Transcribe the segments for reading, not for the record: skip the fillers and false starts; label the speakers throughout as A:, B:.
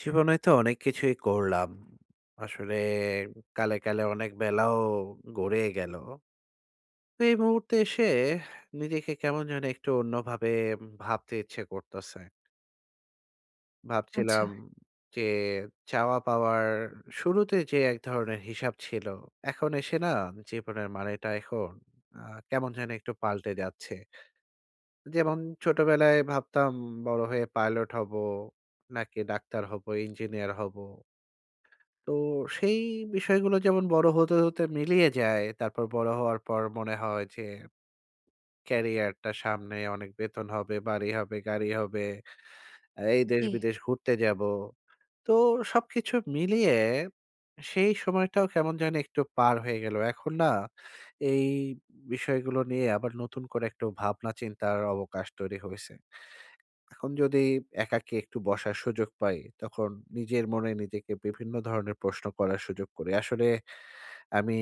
A: জীবনে তো অনেক কিছুই করলাম। আসলে কালে অনেক বেলাও গড়িয়ে গেল। তো এই মুহূর্তে এসে নিজেকে কেমন যেন একটু অন্যভাবে ভাবতে ইচ্ছে করতেছে।
B: আচ্ছা,
A: ভাবছিলাম যে চাওয়া পাওয়ার শুরুতে যে এক ধরনের হিসাব ছিল, এখন এসে না জীবনের মানেটা এখন আ কেমন যেন একটু পাল্টে যাচ্ছে। যেমন ছোটবেলায় ভাবতাম বড় হয়ে পাইলট হব, নাকি ডাক্তার হব, ইঞ্জিনিয়ার হব। তো সেই বিষয়গুলো যেমন বড় হতে মিলিয়ে যায়। তারপর বড় হওয়ার পর মনে হয় যে ক্যারিয়ারটা সামনে অনেক বেতন হবে, বাড়ি হবে, গাড়ি হবে। এই
B: জি।
A: দেশ-বিদেশ ঘুরতে যাবো। তো সবকিছু মিলিয়ে সেই সময়টাও কেমন জানি একটু পার হয়ে গেল। এখন না এই বিষয়গুলো নিয়ে আবার নতুন করে একটু ভাবনা চিন্তার অবকাশ তৈরি হইছে। এখন যদি একাকী একটু বসার সুযোগ পাই, তখন নিজের মনে নিজেকে বিভিন্ন ধরনের প্রশ্ন করার সুযোগ করি। আসলে আমি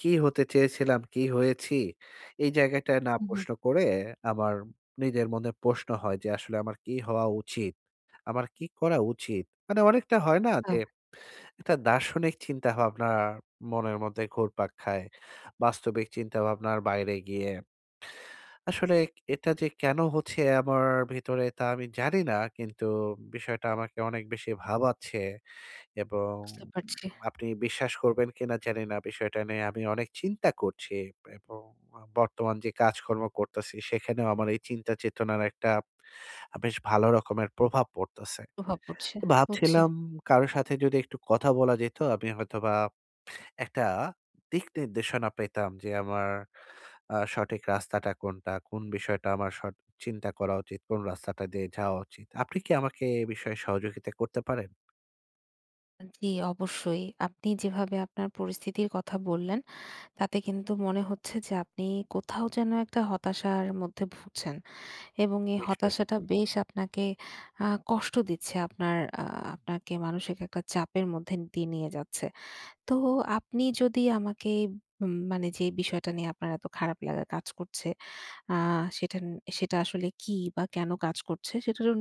A: কি হতে চেয়েছিলাম, কি হয়েছি? এই জায়গাটায় না
B: হু, হু।
A: প্রশ্ন করে আমার নিজের মনে প্রশ্ন হয় যে আসলে আমার কি হওয়া উচিত? আমার কি করা উচিত? মানে অনেকটা হয় না
B: আ
A: যে একটা দার্শনিক চিন্তাভাবনা মনের মধ্যে ঘুরপাক খায়। বাস্তবিক চিন্তাভাবনার বাইরে গিয়ে। আসলে এটা যে কেন হচ্ছে আমার ভিতরে তা আমি জানি না। কিন্তু বিষয়টা আমাকে অনেক বেশি ভাবাচ্ছে। এবং
B: বুঝতে পারছি।
A: আপনি বিশ্বাস করবেন কিনা জানি না বিষয়টা নিয়ে আমি অনেক চিন্তা করছি এবং বর্তমান যে কাজকর্ম করতেছি সেখানেও আমার এই চিন্তা চেতনার একটা বেশ ভালো রকমের প্রভাব পড়তেছে।
B: প্রভাব পড়ছে।
A: তো
B: বুঝছি।
A: ভাবছিলাম কারো সাথে যদি একটু কথা বলা যেত আমি হয়তোবা একটা দিক নির্দেশনা পেতাম যে আমার সঠিক রাস্তাটা কোনটা? কোন বিষয়টা আমার চিন্তা করা উচিত? কোন রাস্তাটা দিয়ে যাওয়া উচিত? আপনি কি আমাকে এ বিষয়ে সহযোগিতা করতে পারেন?
B: জি, অবশ্যই। আপনি যেভাবে আপনার পরিস্থিতির কথা বললেন, তাতে কিন্তু মনে হচ্ছে যে আপনি কোথাও যেন একটা হতাশার মধ্যে ভুগছেন। এবং এই
A: নিশ্চয়ই।
B: হতাশাটা বেশ আপনাকে কষ্ট দিচ্ছে। আপনার আ আপনাকে মানসিক একটা চাপের মধ্যে দিয়ে নিয়ে যাচ্ছে। তো আপনি যদি আমাকে মানে যে বিষয়টা নিয়ে আপনার এত খারাপ লাগা কাজ করছে, আ সেটা ন সেটা আসলে কি বা কেন কাজ করছে, সেটা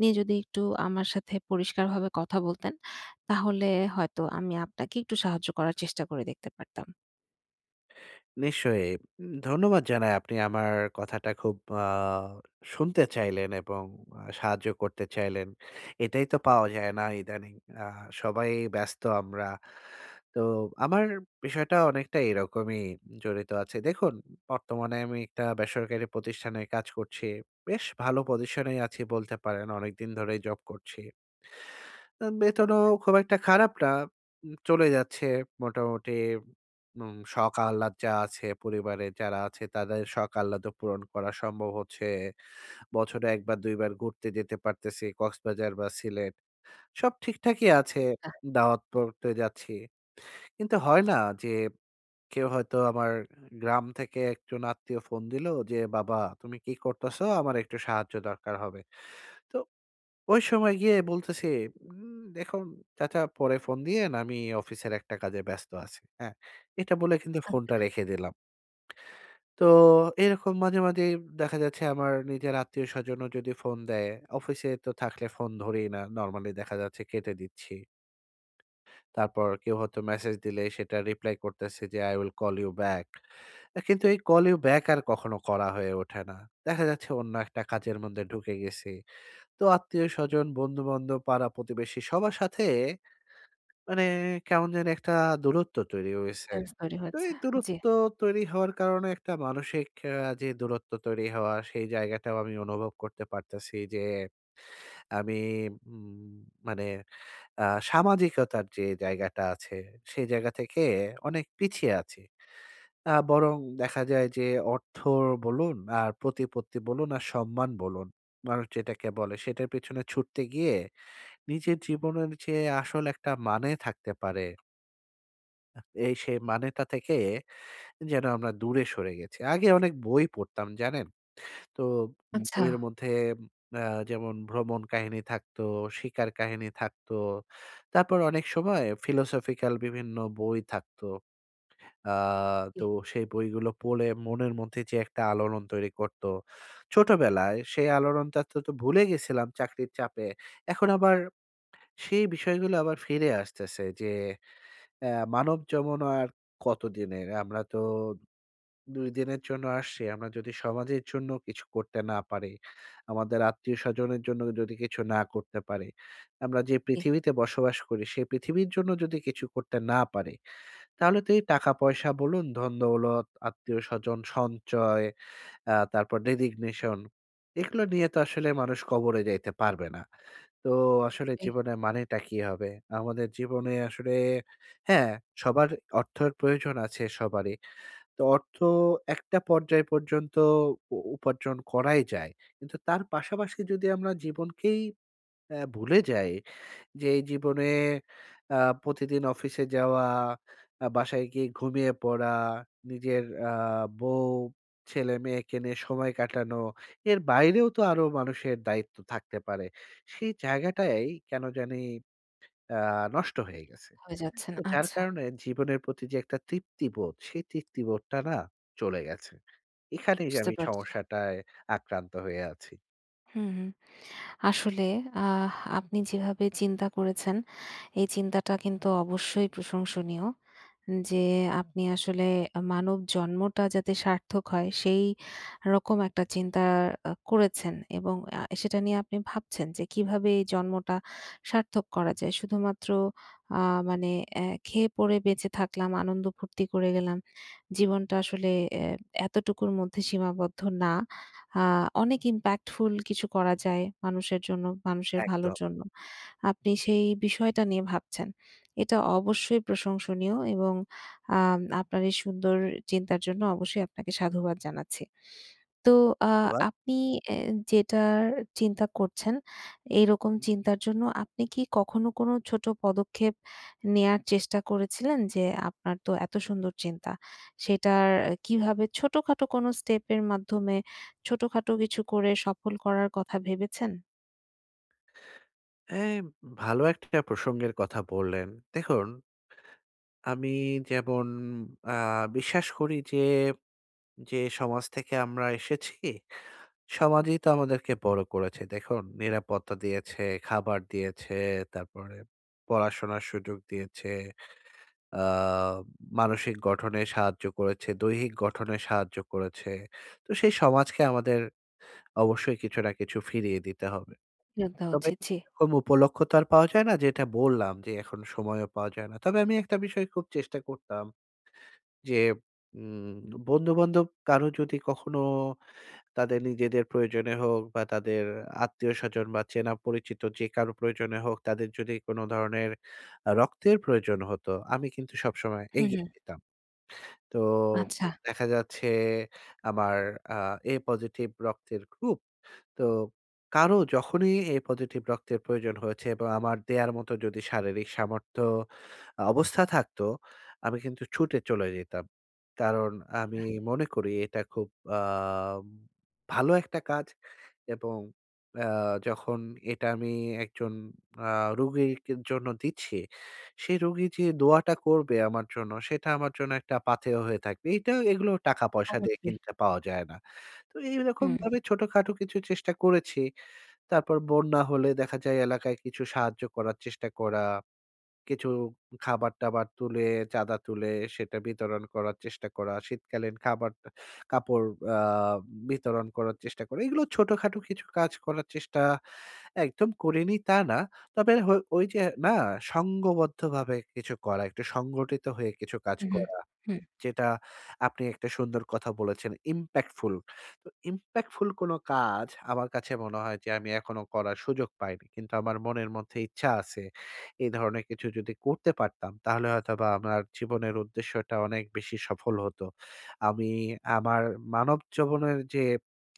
B: নিয়ে যদি একটু আমার সাথে পরিষ্কারভাবে কথা বলতেন, তাহলে হয়তো আমি আপনাকে একটু সাহায্য করার চেষ্টা করে দেখতে পারতাম।
A: নিশ্চয়ই। ধন্যবাদ জানাই আপনি আমার কথাটা খুব আ শুনতে চাইলেন এবং সাহায্য করতে চাইলেন। এটাই তো পাওয়া যায় না ইদানিং। আ সবাই ব্যস্ত আমরা। তো আমার বিষয়টা অনেকটা এরকমই জড়িত আছে। দেখুন, বর্তমানে আমি একটা বেসরকারি প্রতিষ্ঠানে কাজ করছি। বেশ ভালো পজিশনেই আছি বলতে পারেন। অনেকদিন ধরেই জব করছি। বেতনও খুব একটা খারাপ না। চলে যাচ্ছে মোটামুটি। শখ আহ্লাদ যা আছে পরিবারে যারা আছে তাদের শখ আহ্লাদও পূরণ করা সম্ভব হচ্ছে। বছরে ১ বার ২ বার ঘুরতে যেতে পারতেছি কক্সবাজার বা সিলেট। সব ঠিকঠাকই আছে। দাওয়াত পড়তে যাচ্ছি। কিন্তু হয় না যে কেউ হয়তো আমার গ্রাম থেকে একজন আত্মীয় ফোন দিলো যে, "বাবা তুমি কি করতেছো? আমার একটু সাহায্য দরকার হবে।" তো ওই সময় গিয়ে বলতেছি, দেখুন চাচা পরে ফোন দিয়েন আমি অফিসের একটা কাজে ব্যস্ত আছি।" হ্যাঁ? এটা বলে কিন্তু ফোনটা রেখে দিলাম। তো এরকম মাঝে দেখা যাচ্ছে আমার নিজের আত্মীয়স্বজনও যদি ফোন দেয়, অফিসে তো থাকলে ফোন ধরি না। নরমালি দেখা যাচ্ছে কেটে দিচ্ছি। তারপর কেউ হয়তো মেসেজ দিলে সেটা রিপ্লাই করতেছি যে, "I will call you back"। কিন্তু এই call you back আর কখনো করা হয়ে ওঠে না। দেখা যাচ্ছে অন্য একটা কাজের মধ্যে ঢুকে গেছি। তো আত্মীয়স্বজন, বন্ধু-বান্ধব, পাড়া-প্রতিবেশী সবার সাথে মানে কেমন জানি একটা দূরত্ব তৈরি হয়েছে।
B: সেন্স তৈরি
A: তো
B: হয়েছে।
A: এই
B: জি।
A: দূরত্ব তৈরি হওয়ার কারণে একটা মানসিক যে দূরত্ব তৈরি হওয়া সেই জায়গাটাও আমি অনুভব করতে পারতেছি যে আমি উম মানে আ সামাজিকতার যে জায়গাটা আছে সেই জায়গা থেকে অনেক পিছিয়ে আছি। বরং দেখা যায় যে অর্থ বলুন আর প্রতিপত্তি বলুন আর সম্মান বলুন, মানুষ যেটাকে বলে সেটার পেছনে ছুটতে গিয়ে নিজের জীবনের যে আসল একটা মানে থাকতে পারে, এই সেই মানেটা থেকে যেন আমরা দূরে সরে গেছি। আগে অনেক বই পড়তাম জানেন? তো
B: আচ্ছা।
A: বইয়ের মধ্যে আ যেমন ভ্রমণ কাহিনী থাকতো, শিকার কাহিনী থাকতো। তারপর অনেক সময় philosophical বিভিন্ন বই থাকতো। আ
B: জি,
A: তো সেই বইগুলো পড়ে মনের মধ্যে যে একটা আলোড়ন তৈরি করত। ছোটবেলায় সেই আলোড়নটা তো তো ভুলে গেছিলাম চাকরির চাপে। এখন আবার সেই বিষয়গুলো আবার ফিরে আসতেছে যে আ মানব জীবন আর কতদিনের? আমরা তো ২ দিনের জন্য আসছি। আমরা যদি সমাজের জন্য কিছু করতে না পারি, আমাদের আত্মীয়স্বজনের জন্য যদি কিছু না করতে পারি, আমরা যে
B: জি,
A: পৃথিবীতে বসবাস করি সেই পৃথিবীর জন্য যদি কিছু করতে না পারি, তাহলে তো এই টাকা-পয়সা বলুন, ধন-দৌলত, আত্মীয়স্বজন সঞ্চয় তারপর রেজিগনেশন এগুলো নিয়ে তো আসলে মানুষ কবরে যাইতে পারবে না। তো আসলে
B: জি,
A: জীবনের মানেটা কি হবে? আমাদের জীবনে আসলে হ্যাঁ, সবার অর্থের প্রয়োজন আছে সবারই। তো অর্থ একটা পর্যায় পর্যন্ত উপার্জন করাই যায়। কিন্তু তার পাশাপাশি যদি আমরা জীবনকেই ভুলে যাই যে এই জীবনে আ প্রতিদিন অফিসে যাওয়া, বাসায় গিয়ে ঘুমিয়ে পড়া, নিজের বউ, ছেলেমেয়েকে নিয়ে সময় কাটানো, এর বাইরেও তো আরো মানুষের দায়িত্ব থাকতে পারে। সেই জায়গাটাই কেন জানি আ নষ্ট হয়ে গেছে।
B: হয়ে যাচ্ছেন।
A: তো যার
B: আচ্ছা,
A: কারণে জীবনের প্রতি যে একটা তৃপ্তিবোধ, সেই তৃপ্তিবোধটা না চলে গেছে। এখানেই যে
B: বুঝতে
A: আমি
B: পারছি।
A: সমস্যাটায় আক্রান্ত হয়ে আছি।
B: হুম, হুম। আসলে আহ আপনি যেভাবে চিন্তা করেছেন, এই চিন্তাটা কিন্তু অবশ্যই প্রশংসনীয়। যে আপনি আসলে মানব জন্মটা যাতে সার্থক হয় সেই রকম একটা চিন্তা করেছেন এবং সেটা নিয়ে আপনি ভাবছেন যে কিভাবে এই জন্মটা সার্থক করা যায়। শুধুমাত্র আ মানে খেয়ে পড়ে বেঁচে থাকলাম, আনন্দ ফুর্তি করে গেলাম। জীবনটা আসলে অ্যা এতটুকুর মধ্যে সীমাবদ্ধ না। আ অনেক impactful কিছু করা যায় মানুষের জন্য, মানুষের ভালোর
A: একদম।
B: জন্য। আপনি সেই বিষয়টা নিয়ে ভাবছেন। এটা অবশ্যই প্রশংসনীয় এবং আপনার এই সুন্দর চিন্তার জন্য অবশ্যই আপনাকে সাধুবাদ জানাচ্ছি। তো আ
A: ধন্যবাদ।
B: আপনি এ যেটার চিন্তা করছেন, এইরকম চিন্তার জন্য আপনি কি কখনো কোনো ছোট পদক্ষেপ নেয়ার চেষ্টা করেছিলেন? যে আপনার তো এত সুন্দর চিন্তা, সেটার কিভাবে ছোটখাটো কোনো স্টেপের মাধ্যমে ছোটখাটো কিছু করে সফল করার কথা ভেবেছেন?
A: হ্যাঁ, ভালো একটা প্রসঙ্গের কথা বললেন। দেখুন আমি যেমন আ বিশ্বাস করি যে, যে সমাজ থেকে আমরা এসেছি, সমাজই তো আমাদেরকে বড় করেছে। দেখুন নিরাপত্তা দিয়েছে, খাবার দিয়েছে, তারপরে পড়াশোনার সুযোগ দিয়েছে, আ মানসিক গঠনে সাহায্য করেছে, দৈহিক গঠনে সাহায্য করেছে। তো সেই সমাজকে আমাদের অবশ্যই কিছু না কিছু ফিরিয়ে দিতে হবে।
B: উদ্যোগ নেওয়া
A: তবে
B: উচিত, জি।
A: এরকম উপলক্ষ তো আর পাওয়া যায় না যেটা বললাম যে, এখন সময়ও পাওয়া যায় না। তবে আমি একটা বিষয় খুব চেষ্টা করতাম যে উম বন্ধু-বান্ধব কারো যদি কখনো তাদের নিজেদের প্রয়োজনে হোক বা তাদের আত্মীয়স্বজন বা চেনা পরিচিত যে কারো প্রয়োজনে হোক, তাদের যদি কোনো ধরনের রক্তের প্রয়োজন হতো, আমি কিন্তু সবসময়
B: হুম,
A: এগিয়ে
B: হুম।
A: যেতাম। তো
B: আচ্ছা।
A: দেখা যাচ্ছে আমার আ A পজিটিভ রক্তের গ্রুপ। তো কারো যখনই এ পজিটিভ রক্তের প্রয়োজন হয়েছে এবং আমার দেয়ার মতো যদি শারীরিক সামর্থ্য অবস্থা থাকতো, আমি কিন্তু ছুটে চলে যেতাম। কারণ আমি মনে করি এটা খুব আ ভালো একটা কাজ। এবং আ যখন এটা আমি একজন আ রোগীর জন্য দিচ্ছি, সেই রোগী যে দোয়াটা করবে আমার জন্য, সেটা আমার জন্য একটা পাথেয় হয়ে থাকবে। এইটা এগুলো টাকা-পয়সা
B: খবর
A: দিয়ে
B: পেয়ে।
A: কিনতে পাওয়া যায় না। তো
B: হুম,
A: এইরকমভাবে ছোটখাটো কিছু চেষ্টা করেছি। তারপর বন্যা হলে দেখা যায় এলাকায় কিছু সাহায্য করার চেষ্টা করা। কিছু খাবার-টাবার তুলে, চাঁদা তুলে সেটা বিতরণ করার চেষ্টা করা। শীতকালীন খাবার, কাপড় আ বিতরণ করার চেষ্টা করা। এগুলো ছোটখাটো কিছু কাজ করার চেষ্টা একদম করিনি তা না। তবে ওই যে না সংঘবদ্ধভাবে কিছু করা, একটু সংগঠিত হয়ে কিছু কাজ
B: হুম, হুম,
A: করা।
B: হুম,
A: যেটা আপনি একটা সুন্দর কথা বলেছেন, impactful। তো impactful কোনো কাজ আমার কাছে মনে হয় যে আমি এখনো করার সুযোগ পাইনি। কিন্তু আমার মনের মধ্যে ইচ্ছা আছে। এই ধরনের কিছু যদি করতে পারতাম তাহলে হয়তোবা আমার জীবনের উদ্দেশ্যটা অনেক বেশি সফল হতো। আমি আমার মানব জীবনের যে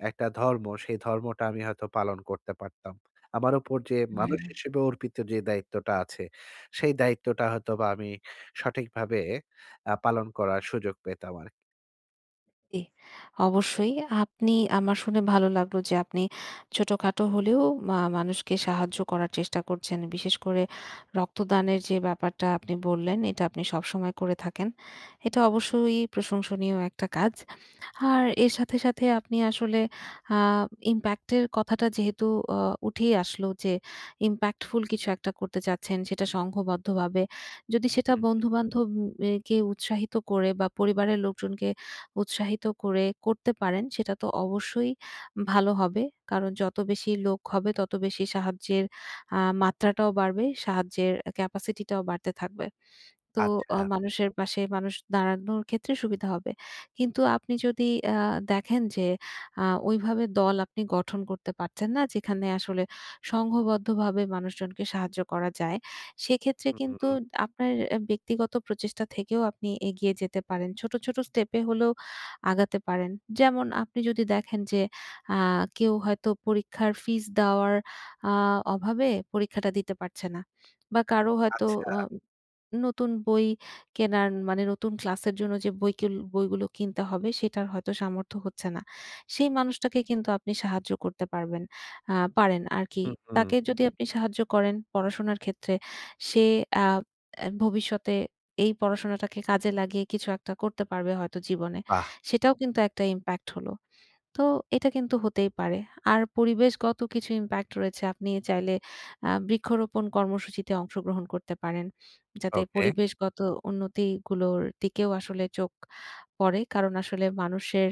A: একটা ধর্ম, সেই ধর্মটা আমি হয়তো পালন করতে পারতাম। আমার উপর যে মানুষ
B: হুম।
A: হিসেবে অর্পিত যে দায়িত্বটা আছে, সেই দায়িত্বটা হয়তোবা আমি সঠিকভাবে পালন করার সুযোগ পেতাম আরকি।
B: জি, অবশ্যই। আপনি আমার শুনে ভালো লাগলো যে আপনি ছোটখাটো হলেও মানুষকে সাহায্য করার চেষ্টা করছেন। বিশেষ করে রক্তদানের যে ব্যাপারটা আপনি বললেন, এটা আপনি সবসময় করে থাকেন। এটা অবশ্যই প্রশংসনীয় একটা কাজ। আর এর সাথে, সাথে আপনি আসলে আ ইমপ্যাক্ট এর কথাটা যেহেতু আ উঠেই আসলো যে ইমপ্যাক্টফুল কিছু একটা করতে চাচ্ছেন, সেটা সংঘবদ্ধভাবে। যদি সেটা
A: হুম।
B: বন্ধু-বান্ধব কে উৎসাহিত করে বা পরিবারের লোকজনকে উৎসাহিত করে করতে পারেন সেটা তো অবশ্যই ভালো হবে। কারণ যত বেশি লোক হবে তত বেশি সাহায্যের আ মাত্রাটাও বাড়বে, সাহায্যের ক্যাপাসিটি টাও বাড়তে থাকবে। তো
A: আচ্ছা।
B: মানুষের পাশে মানুষ দাঁড়ানোর ক্ষেত্রে সুবিধা হবে। কিন্তু আপনি যদি আ দেখেন যে ওইভাবে দল আপনি গঠন করতে পারছেন না, যেখানে আসলে সংঘবদ্ধভাবে মানুষজনকে সাহায্য করা যায়। সেক্ষেত্রে
A: হুম,
B: কিন্তু
A: হুম।
B: আপনার ব্যক্তিগত প্রচেষ্টা থেকেও আপনি এগিয়ে যেতে পারেন। ছোট, ছোট স্টেপে হলেও আগাতে পারেন। যেমন আপনি যদি দেখেন যে আ কেউ হয়তো পরীক্ষার ফিস দেওয়ার আ অভাবে পরীক্ষাটা দিতে পারছে না বা কারো হয়তো
A: আচ্ছা।
B: আ নতুন বই কেনার মানে নতুন ক্লাসের জন্য যে বইগুলো কিনতে হবে সেটার হয়তো সামর্থ্য হচ্ছে না। সেই মানুষটাকে কিন্তু আপনি সাহায্য করতে পারবেন, পারেন আরকি।
A: হুম, হুম।
B: তাকে যদি আপনি সাহায্য করেন পড়াশোনার ক্ষেত্রে সে আ অ্যা ভবিষ্যতে এই পড়াশোনাটাকে কাজে লাগিয়ে কিছু একটা করতে পারবে হয়তো জীবনে।
A: বাহ!
B: সেটাও কিন্তু একটা ইমপ্যাক্ট হলো। তো এটা কিন্তু হতেই পারে। আর পরিবেশগত কিছু ইমপ্যাক্ট রয়েছে। আপনি চাইলে বৃক্ষরোপণ কর্মসূচিতে অংশগ্রহণ করতে পারেন। যাতে
A: ওকে।
B: পরিবেশগত উন্নতিগুলোর দিকেও আসলে চোখ পড়ে। কারণ আসলে মানুষের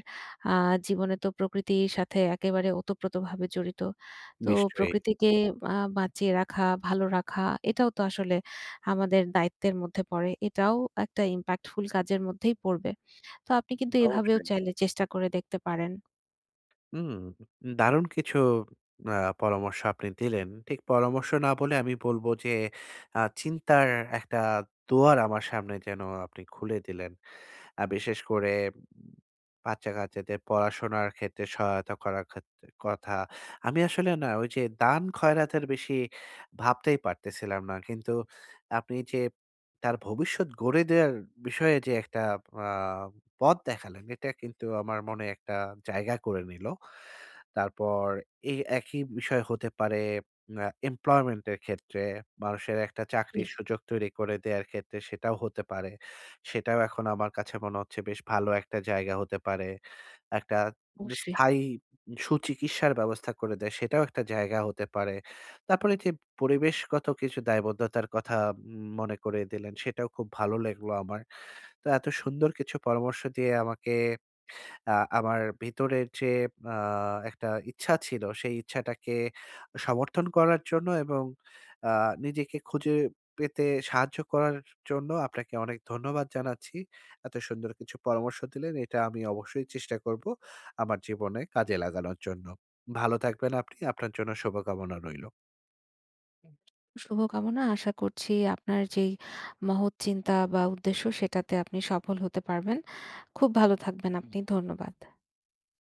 B: আ জীবনে তো প্রকৃতির সাথে একেবারে ওতপ্রোতভাবে জড়িত। তো
A: নিশ্চয়ই।
B: প্রকৃতিকে বাঁচিয়ে রাখা, ভালো রাখা এটাও তো আসলে আমাদের দায়িত্বের মধ্যে পড়ে। এটাও একটা ইমপ্যাক্টফুল কাজের মধ্যেই পড়বে। তো আপনি কিন্তু এভাবেও
A: অবশ্যই।
B: চাইলে চেষ্টা করে দেখতে পারেন।
A: হুম। দারুণ কিছু আ পরামর্শ আপনি দিলেন। ঠিক পরামর্শ না বলে আমি বলব যে চিন্তার একটা দুয়ার আমার সামনে যেন আপনি খুলে দিলেন। বিশেষ করে বাচ্চা-কাচ্চাদের পড়াশোনার ক্ষেত্রে সহায়তা করার ক্ষেত্রে কথা। আমি আসলে না ওই যে দান খয়রাতের বেশি ভাবতেই পারতেছিলাম না। কিন্তু আপনি যে তার ভবিষ্যৎ গড়ে দেওয়ার বিষয়ে যে একটা আ পথ দেখালেন, এটা কিন্তু আমার মনে একটা জায়গা করে নিল। তারপর এই একই বিষয় হতে পারে এমপ্লয়মেন্ট এর ক্ষেত্রে মানুষের একটা
B: জি।
A: চাকরির সুযোগ তৈরি করে দেয়ার ক্ষেত্রে সেটাও হতে পারে। সেটাও এখন আমার কাছে মনে হচ্ছে বেশ ভালো একটা জায়গা হতে পারে। একটা
B: অবশ্যই।
A: স্থায়ী সুচিকিৎসার ব্যবস্থা করে দেয় সেটাও একটা জায়গা হতে পারে। তারপরে যে পরিবেশগত কিছু দায়বদ্ধতার কথা মনে করিয়ে দিলেন সেটাও খুব ভালো লাগলো আমার। তো এত সুন্দর কিছু পরামর্শ দিয়ে আমাকে আ আমার ভিতরের যে আ একটা ইচ্ছা ছিল, সেই ইচ্ছাটাকে সমর্থন করার জন্য এবং আ নিজেকে খুঁজে পেতে সাহায্য করার জন্য আপনাকে অনেক ধন্যবাদ জানাচ্ছি। এত সুন্দর কিছু পরামর্শ দিলেন। এটা আমি অবশ্যই চেষ্টা করব আমার জীবনে কাজে লাগানোর জন্য। ভালো থাকবেন আপনি। আপনার জন্য শুভকামনা রইল।
B: শুভকামনা। আশা করছি আপনার যেই মহৎ চিন্তা বা উদ্দেশ্য সেটাতে আপনি সফল হতে পারবেন। খুব ভালো থাকবেন। আপনি। ধন্যবাদ।